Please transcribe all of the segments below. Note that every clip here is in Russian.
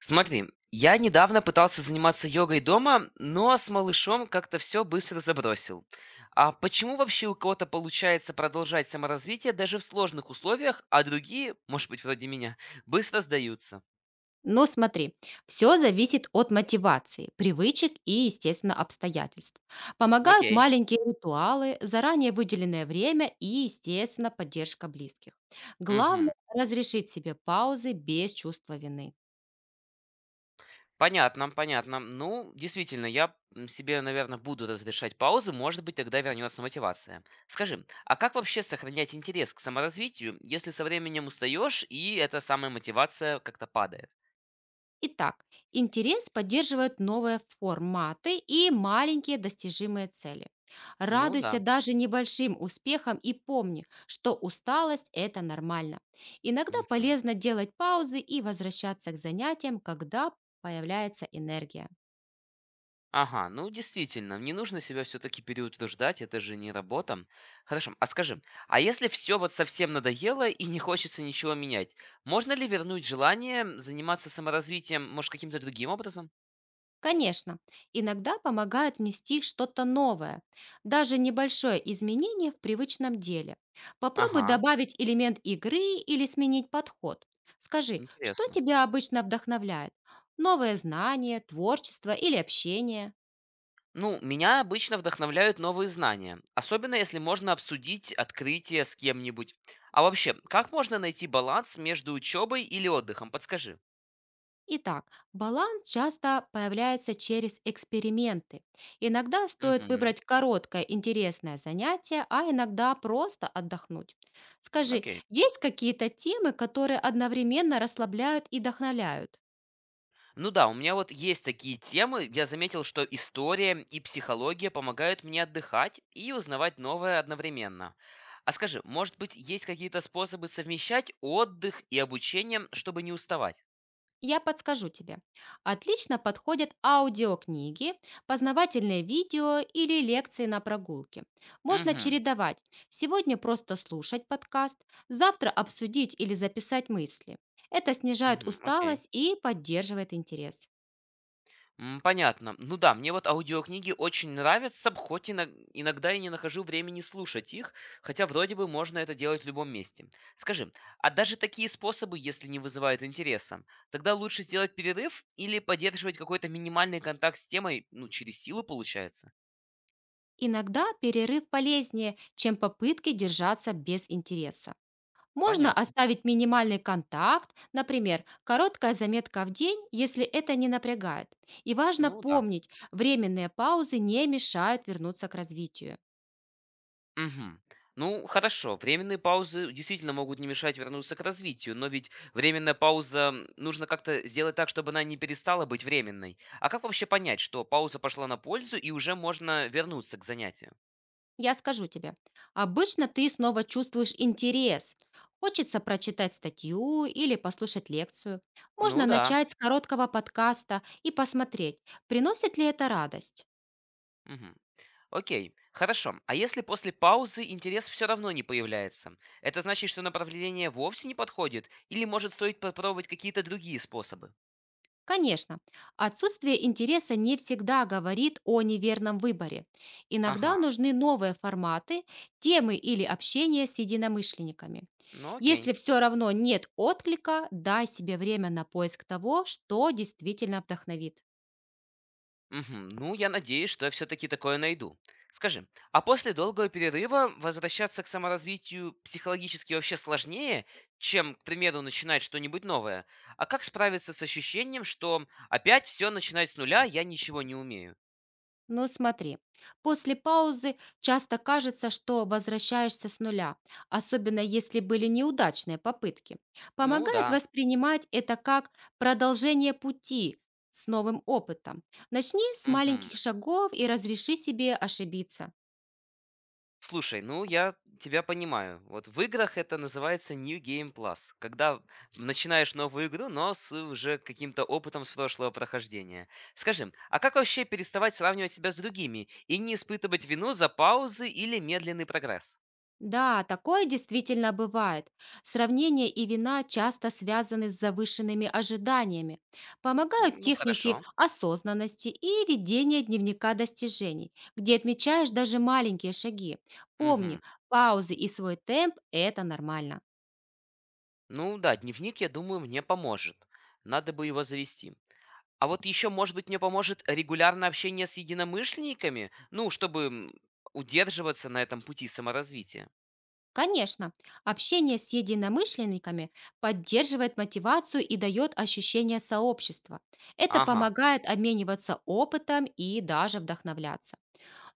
Смотри, я недавно пытался заниматься йогой дома, но с малышом как-то все быстро забросил. А почему вообще у кого-то получается продолжать саморазвитие даже в сложных условиях, а другие, может быть, вроде меня, быстро сдаются? Но смотри, все зависит от мотивации, привычек и, естественно, обстоятельств. Помогают Окей. маленькие ритуалы, заранее выделенное время и, естественно, поддержка близких. Мгм. Главное– разрешить себе паузы без чувства вины. Понятно, понятно. Ну, действительно, себе, наверное, буду разрешать паузы, может быть, тогда вернется мотивация. Скажи, а как вообще сохранять интерес к саморазвитию, если со временем устаешь и эта самая мотивация как-то падает? Итак, интерес поддерживают новые форматы и маленькие достижимые цели. Ну да. Радуйся даже небольшим успехам и помни, что усталость– это нормально. Иногда Мгм. полезно делать паузы и возвращаться к занятиям, когда появляется энергия. Ага, ну действительно, не нужно себя все-таки переутруждать, это же не работа. Хорошо, а скажи, а если все вот совсем надоело и не хочется ничего менять, можно ли вернуть желание заниматься саморазвитием, может, каким-то другим образом? Конечно, иногда помогает внести что-то новое, даже небольшое изменение в привычном деле. Попробуй Ага, добавить элемент игры или сменить подход. Скажи, что интересно. тебя обычно вдохновляет? Новое знание, творчество или общение? Ну, меня обычно вдохновляют новые знания, особенно если можно обсудить открытие с кем-нибудь. А вообще, как можно найти баланс между учебой или отдыхом? Подскажи. Итак, баланс часто появляется через эксперименты. Иногда стоит Угу, выбрать короткое интересное занятие, а иногда просто отдохнуть. Скажи, окей. есть какие-то темы, которые одновременно расслабляют и вдохновляют? Ну да, у меня вот есть такие темы. Я заметил, что история и психология помогают мне отдыхать и узнавать новое одновременно. А скажи, может быть, есть какие-то способы совмещать отдых и обучение, чтобы не уставать? Я подскажу тебе. Отлично подходят аудиокниги, познавательные видео или лекции на прогулке. Можно Угу, чередовать. Сегодня просто слушать подкаст, завтра обсудить или записать мысли. Это снижает угу, окей. усталость и поддерживает интерес. Понятно. Ну да, мне вот аудиокниги очень нравятся, хоть иногда и не нахожу времени слушать их, хотя вроде бы можно это делать в любом месте. Скажи, а даже такие способы, если не вызывают интереса, тогда лучше сделать перерыв или поддерживать какой-то минимальный контакт с темой, ну, через силу получается? Иногда перерыв полезнее, чем попытки держаться без интереса. Можно Понятно. оставить минимальный контакт, например, короткая заметка в день, если это не напрягает. И важно Ну да. помнить, временные паузы не мешают вернуться к развитию. Мгм. Ну, хорошо, временные паузы действительно могут не мешать вернуться к развитию, но ведь нужно как-то сделать так, чтобы она не перестала быть временной. А как вообще понять, что пауза пошла на пользу и уже можно вернуться к занятию? Я скажу тебе, обычно ты снова чувствуешь интерес. Хочется прочитать статью или послушать лекцию. Можно Ну да. начать с короткого подкаста и посмотреть, приносит ли это радость. Мгм. Окей, хорошо. А если после паузы интерес все равно не появляется? Это значит, что направление вовсе не подходит? Или может стоит попробовать какие-то другие способы? Конечно, отсутствие интереса не всегда говорит о неверном выборе. Иногда Ага, нужны новые форматы, темы или общение с единомышленниками. ну окей. Если все равно нет отклика, дай себе время на поиск того, что действительно вдохновит. Мгм. Ну, я надеюсь, что я все-таки такое найду. Скажи, а после долгого перерыва возвращаться к саморазвитию психологически вообще сложнее, чем, к примеру, начинать что-нибудь новое? А как справиться с ощущением, что опять все начинать с нуля, я ничего не умею? Ну смотри, после паузы часто кажется, что возвращаешься с нуля, особенно если были неудачные попытки. Ну Помогает да. воспринимать это как продолжение пути с новым опытом. Начни с Мгм. маленьких шагов и разреши себе ошибиться. Слушай, ну я тебя понимаю. Вот в играх это называется New Game Plus, когда начинаешь новую игру, но с уже каким-то опытом с прошлого прохождения. Скажи, а как вообще переставать сравнивать себя с другими и не испытывать вину за паузы или медленный прогресс? Да, такое действительно бывает. Сравнение и вина часто связаны с завышенными ожиданиями. Помогают Ну техники хорошо. осознанности и ведения дневника достижений, где отмечаешь даже маленькие шаги. Мгм. Помни, паузы и свой темп– это нормально. Ну да, дневник, я думаю, мне поможет. Надо бы его завести. А вот еще, может быть, мне поможет регулярное общение с единомышленниками, ну, чтобы удерживаться на этом пути саморазвития. Конечно, общение с единомышленниками поддерживает мотивацию и дает ощущение сообщества. Это Ага. помогает обмениваться опытом и даже вдохновляться.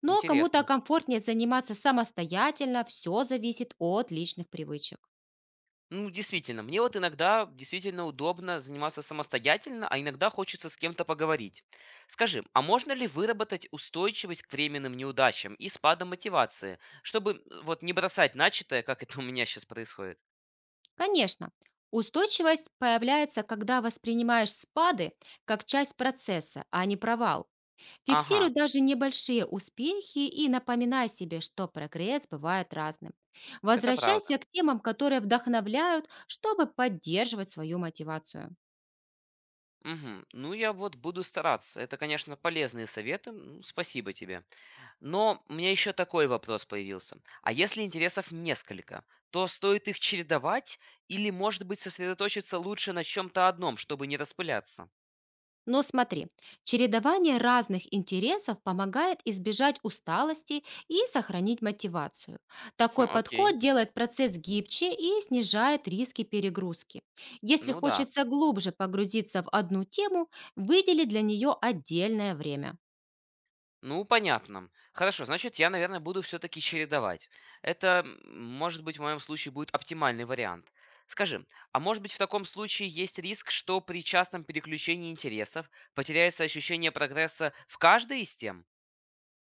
Но кому-то Интересно. комфортнее заниматься самостоятельно, все зависит от личных привычек. Ну, действительно, мне вот иногда действительно удобно заниматься самостоятельно, а иногда хочется с кем-то поговорить. Скажи, а можно ли выработать устойчивость к временным неудачам и спадам мотивации, чтобы вот не бросать начатое, как это у меня сейчас происходит? Конечно, устойчивость появляется, когда воспринимаешь спады как часть процесса, а не провал. Ага, Фиксируй даже небольшие успехи и напоминай себе, что прогресс бывает разным. это правда. Возвращайся к темам, которые вдохновляют, чтобы поддерживать свою мотивацию. Мгм. Ну, я вот буду стараться. Это, конечно, полезные советы. Ну, спасибо тебе. Но у меня еще такой вопрос появился. А если интересов несколько, то стоит их чередовать или, может быть, сосредоточиться лучше на чем-то одном, чтобы не распыляться? Но смотри, чередование разных интересов помогает избежать усталости и сохранить мотивацию. Хм, Такой окей. подход делает процесс гибче и снижает риски перегрузки. Если Ну да. хочется глубже погрузиться в одну тему, выдели для нее отдельное время. Ну, понятно. Хорошо, значит, я, наверное, буду все-таки чередовать. Может быть, в моем случае будет оптимальный вариант. Скажи, а может быть в таком случае есть риск, что при частном переключении интересов потеряется ощущение прогресса в каждой из тем?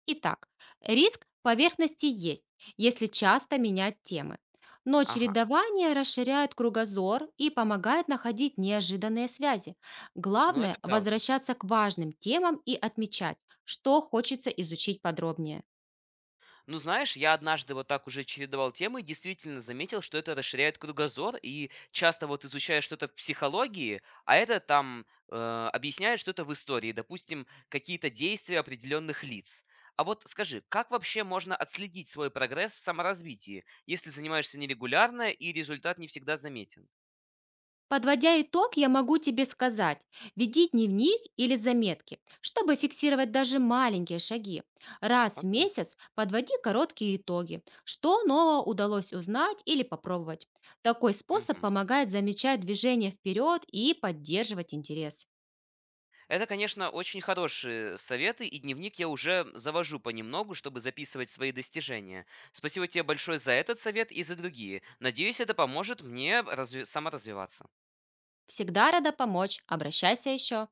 Итак, риск поверхности есть, если часто менять темы. Но Ага, чередование расширяет кругозор и помогает находить неожиданные связи. ну это Главное– правда. возвращаться к важным темам и отмечать, что хочется изучить подробнее. Ну, знаешь, я однажды вот так уже чередовал темы и действительно заметил, что это расширяет кругозор, и часто вот изучаешь что-то в психологии, а это там объясняет что-то в истории, допустим, какие-то действия определенных лиц. А вот скажи, как вообще можно отследить свой прогресс в саморазвитии, если занимаешься нерегулярно и результат не всегда заметен? Подводя итог, я могу тебе сказать, веди дневник или заметки, чтобы фиксировать даже маленькие шаги. Раз в Окей. месяц подводи короткие итоги, что нового удалось узнать или попробовать. Такой способ Мгм. помогает замечать движение вперед и поддерживать интерес. Это, конечно, очень хорошие советы, и дневник я уже завожу понемногу, чтобы записывать свои достижения. Спасибо тебе большое за этот совет и за другие. Надеюсь, это поможет мне саморазвиваться. Всегда рада помочь, обращайся еще.